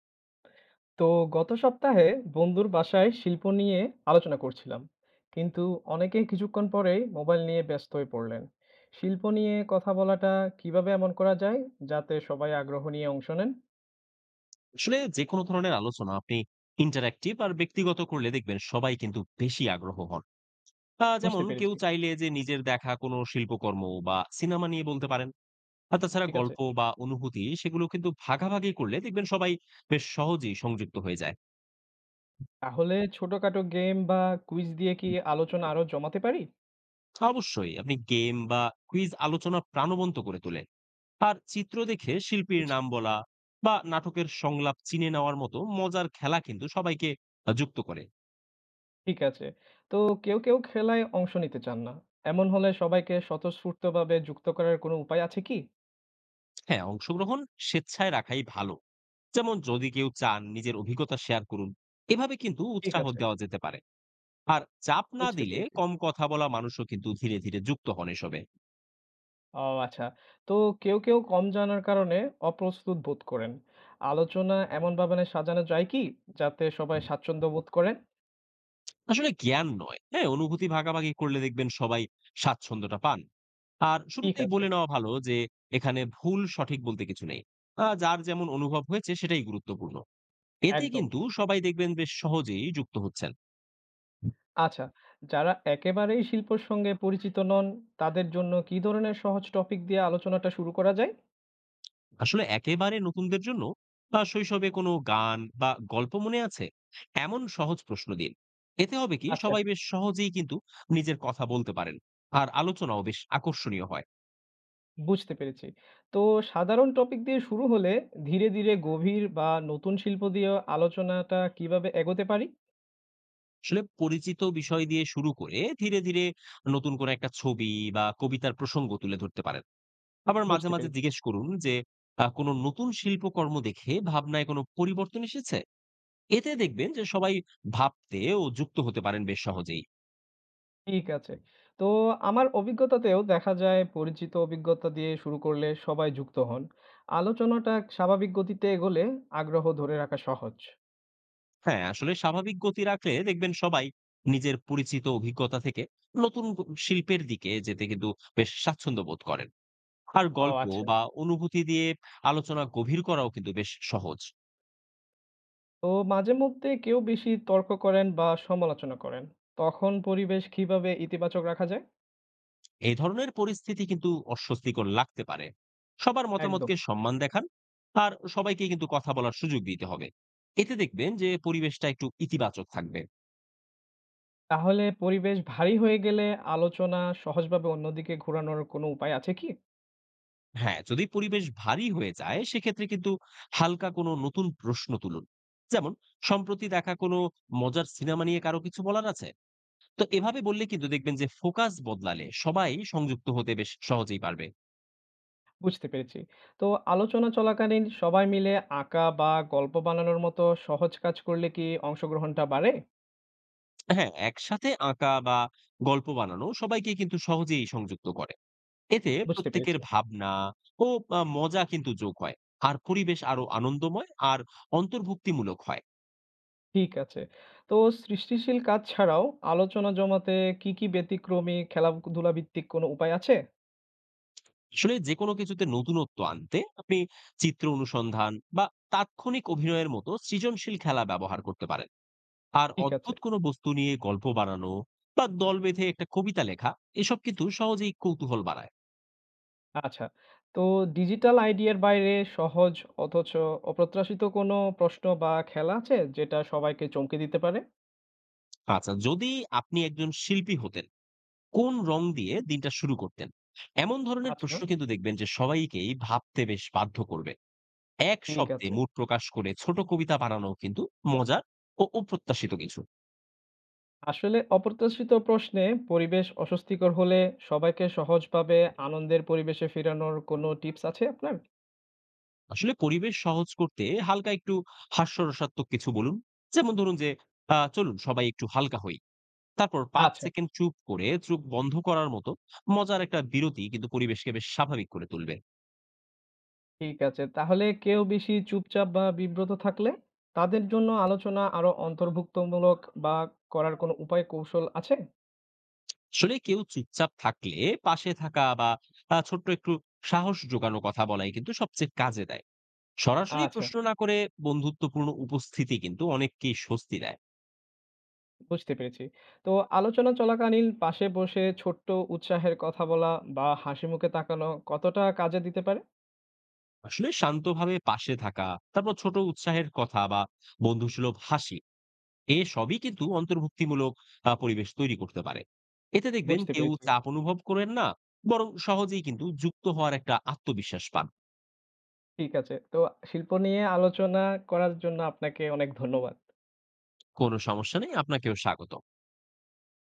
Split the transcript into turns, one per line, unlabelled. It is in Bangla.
তো গত সপ্তাহে বন্ধুর বাসায় শিল্প নিয়ে আলোচনা করছিলাম, কিন্তু অনেকেই কিছুক্ষণ পরেই মোবাইল নিয়ে ব্যস্ত হয়ে পড়লেন। শিল্প নিয়ে কথা বলাটা কিভাবে এমন করা যায় যাতে সবাই আগ্রহ নিয়ে অংশ নেন?
আসলে যে কোনো ধরনের আলোচনা আপনি ইন্টারঅ্যাক্টিভ আর ব্যক্তিগত করলে দেখবেন সবাই কিন্তু বেশি আগ্রহ হন।
বুঝতে
যেমন কেউ
পেরেছি।
চাইলে যে নিজের দেখা কোনো শিল্পকর্ম বা সিনেমা নিয়ে বলতে পারেন। আর তাছাড়া
ঠিক আছে।
গল্প বা অনুভূতি সেগুলো কিন্তু ভাগাভাগি করলে দেখবেন সবাই বেশ সহজেই সংযুক্ত হয়ে যায়।
তাহলে ছোটখাটো গেম বা কুইজ দিয়ে কি আলোচনা আরো জমাতে পারি?
অবশ্যই আপনি গেম বা কুইজ আলোচনা প্রাণবন্ত করে তোলে। আর চিত্র দেখে শিল্পীর
বুঝছি।
নাম বলা বা নাটকের সংলাপ চিনে নেওয়ার মতো মজার খেলা কিন্তু সবাইকে যুক্ত করে।
ঠিক আছে। তো কেউ কেউ খেলায় অংশ নিতে চান না, এমন হলে সবাইকে স্বতঃস্ফূর্তভাবে যুক্ত করার কোনো উপায় আছে কি?
হ্যাঁ, অংশগ্রহণ স্বেচ্ছায় রাখাই ভালো। যেমন যদি কেউ চান নিজের অভিজ্ঞতা শেয়ার করুন, এভাবে কিন্তু
ঠিক
উৎসাহ
আছে।
দেওয়া যেতে পারে। আর চাপ না
বুঝতে
দিলে
পেরেছি।
কম কথা বলা মানুষও কিন্তু ধীরে, ধীরে যুক্ত হন এসবে।
ও আচ্ছা। তো কেউ কেউ কম জানার কারণে অপ্রস্তুত বোধ করেন। আলোচনা এমনভাবে না সাজানো যায় কি যাতে সবাই স্বাচ্ছন্দ্য বোধ করেন?
আসলে জ্ঞান নয়, হ্যাঁ? অনুভূতি ভাগাভাগি করলে দেখবেন সবাই স্বাচ্ছন্দ্যটা পান। আর
ঠিক
শুরুতেই
আছে,
বলে নেওয়া ভালো যে এখানে ভুল সঠিক বলতে কিছু নেই। যার যেমন অনুভব হয়েছে সেটাই গুরুত্বপূর্ণ। এতে
একদম।
কিন্তু সবাই দেখবেন বেশ সহজেই যুক্ত হচ্ছেন।
আচ্ছা, যারা একেবারেই শিল্পর সঙ্গে পরিচিত নন, তাদের জন্য কি ধরনের সহজ টপিক দিয়ে আলোচনাটা শুরু করা যায়?
আসলে একেবারে নতুনদের জন্য বা শৈশবে কোনো গান বা গল্প মনে আছে এমন সহজ প্রশ্ন দিন। এতে হবে কি
আচ্ছা,
সবাই বেশ সহজেই কিন্তু নিজের কথা বলতে পারেন আর আলোচনাও বেশ আকর্ষণীয় হয়।
বুঝতে পেরেছি। তো সাধারণ টপিক দিয়ে শুরু হলে ধীরে, ধীরে গভীর বা নতুন শিল্প দিয়ে আলোচনাটা কিভাবে এগোতে পারি?
আসলে পরিচিত বিষয় দিয়ে শুরু করে ধীরে ধীরে নতুন কোনো একটা ছবি বা কবিতার প্রসঙ্গ তুলে ধরতে পারেন। আবার মাঝে
বুঝতে
মাঝে
পেরেছি।
জিজ্ঞেস করুন যে কোনো নতুন শিল্পকর্ম দেখে ভাবনায় কোনো পরিবর্তন এসেছে। এতে দেখবেন যে সবাই ভাবতে ও যুক্ত হতে পারেন বেশ সহজেই।
ঠিক আছে। তো আমার অভিজ্ঞতাতেও দেখা যায় পরিচিত অভিজ্ঞতা দিয়ে শুরু করলে সবাই যুক্ত হন। আলোচনাটা স্বাভাবিক গতিতে এগোলে আগ্রহ ধরে রাখা সহজ।
হ্যাঁ, আসলে স্বাভাবিক গতি রাখলে দেখবেন সবাই নিজের পরিচিত অভিজ্ঞতা থেকে নতুন শিল্পের দিকে যেতে কিন্তু বেশ স্বাচ্ছন্দ্য বোধ করেন। আর
ও
গল্প
আচ্ছা।
বা অনুভূতি দিয়ে আলোচনা গভীর করাও কিন্তু বেশ সহজ।
তো মাঝে মধ্যে কেউ বেশি তর্ক করেন বা সমালোচনা করেন। তখন পরিবেশ কিভাবে ইতিবাচক রাখা যায়?
এই ধরনের পরিস্থিতি কিন্তু অস্বস্তিকর লাগতে পারে। সবার
একদম।
মতামতকে সম্মান দেখান আর সবাইকে কিন্তু কথা বলার সুযোগ দিতে হবে। এতে দেখবেন যে পরিবেশটা একটু ইতিবাচক থাকবে।
তাহলে পরিবেশ ভারী হয়ে গেলে আলোচনা সহজভাবে অন্যদিকে ঘোরানোর কোনো উপায় আছে কি?
হ্যাঁ, যদি পরিবেশ ভারী হয়ে যায় সেক্ষেত্রে কিন্তু হালকা কোনো নতুন প্রশ্ন তুলুন। যেমন সম্প্রতি দেখা কোনো মজার সিনেমা নিয়ে কারো কিছু বলার আছে। তো এভাবে বললে কিন্তু দেখবেন যে ফোকাস বদলালে সবাই সংযুক্ত হতে বেশ সহজেই পারবে।
বুঝতে পেরেছি। তো আলোচনা চলাকালীন সবাই মিলে আঁকা বা গল্প বানানোর মতো সহজ কাজ করলে কি অংশগ্রহণটা বাড়ে?
হ্যাঁ, একসাথে আঁকা বা গল্প বানানো সবাইকে কিন্তু সহজেই সংযুক্ত করে। এতে
বুঝতে পেরেছি।
প্রত্যেকের ভাবনা ও মজা কিন্তু যোগ হয়, আর পরিবেশ আরো আনন্দময় আর অন্তর্ভুক্তিমূলক হয়।
ঠিক আছে। তো সৃষ্টিশীল কাজ ছাড়াও আলোচনা জমাতে কি ব্যতিক্রমী খেলাধুলা ভিত্তিক কোনো উপায় আছে?
আসলে যেকোনো কিছুতে নতুনত্ব আনতে আপনি চিত্র অনুসন্ধান বা তাৎক্ষণিক অভিনয়ের মতো সৃজনশীল খেলা ব্যবহার করতে পারেন। আর
ঠিক আছে।
অদ্ভুত কোনো বস্তু নিয়ে গল্প বানানো বা দল বেঁধে একটা কবিতা লেখা এসব কিন্তু সহজেই কৌতূহল বাড়ায়।
আচ্ছা। তো ডিজিটাল আইডিয়ার বাইরে সহজ অথচ অপ্রত্যাশিত কোনো প্রশ্ন বা খেলা আছে যেটা সবাইকে চমকে দিতে পারে?
আচ্ছা, যদি আপনি একজন শিল্পী হতেন কোন রং দিয়ে
হুম।
দিনটা শুরু করতেন, এমন ধরনের
আচ্ছা,
প্রশ্ন কিন্তু দেখবেন যে সবাইকেই ভাবতে বেশ বাধ্য করবে। এক
ঠিক
শব্দে
আছে।
মুড প্রকাশ করে ছোট কবিতা বানানো কিন্তু মজার ও অপ্রত্যাশিত কিছু।
আসলে অপ্রত্যাশিত প্রশ্নে পরিবেশ অস্বস্তিকর হলে সবাইকে সহজভাবে আনন্দের পরিবেশে ফেরানোর কোনো টিপস আছে আপনার?
আসলে পরিবেশ সহজ করতে হালকা একটু হাস্যরসাত্মক কিছু বলুন। যেমন ধরুন যে, চলুন সবাই একটু হালকা হই। তারপর ৫
আচ্ছা,
সেকেন্ড চুপ করে চোখ বন্ধ করার মতো মজার একটা বিরতি কিন্তু পরিবেশকে বেশ স্বাভাবিক করে তুলবে।
ঠিক আছে। তাহলে কেউ বেশি চুপচাপ বা বিব্রত থাকলে তাদের জন্য আলোচনা আরো অন্তর্ভুক্তমূলক বা করার কোনো উপায় কৌশল আছে?
আসলে কেউ চুপচাপ থাকলে পাশে থাকা বা ছোট্ট একটু সাহস জোগানো কথা বলাই কিন্তু সবচেয়ে কাজে দেয়। সরাসরি
আচ্ছা,
প্রশ্ন না করে বন্ধুত্বপূর্ণ উপস্থিতি কিন্তু অনেককেই স্বস্তি দেয়।
বুঝতে পেরেছি। তো আলোচনা চলাকালীন পাশে বসে ছোট্ট উৎসাহের কথা বলা বা হাসি মুখে তাকানো কতটা কাজে দিতে পারে?
আসলে শান্তভাবে পাশে থাকা, তারপর ছোট উৎসাহের কথা বা বন্ধুসুলভ হাসি এ সবই কিন্তু অন্তর্ভুক্তিমূলক পরিবেশ তৈরি করতে পারে। এতে দেখবেন
বুঝতে
কেউ
পেরেছি।
চাপ অনুভব করেন না, বরং সহজেই কিন্তু যুক্ত হওয়ার একটা আত্মবিশ্বাস পান।
ঠিক আছে। তো শিল্প নিয়ে আলোচনা করার জন্য আপনাকে অনেক ধন্যবাদ।
কোনো সমস্যা নেই, আপনাকেও স্বাগত।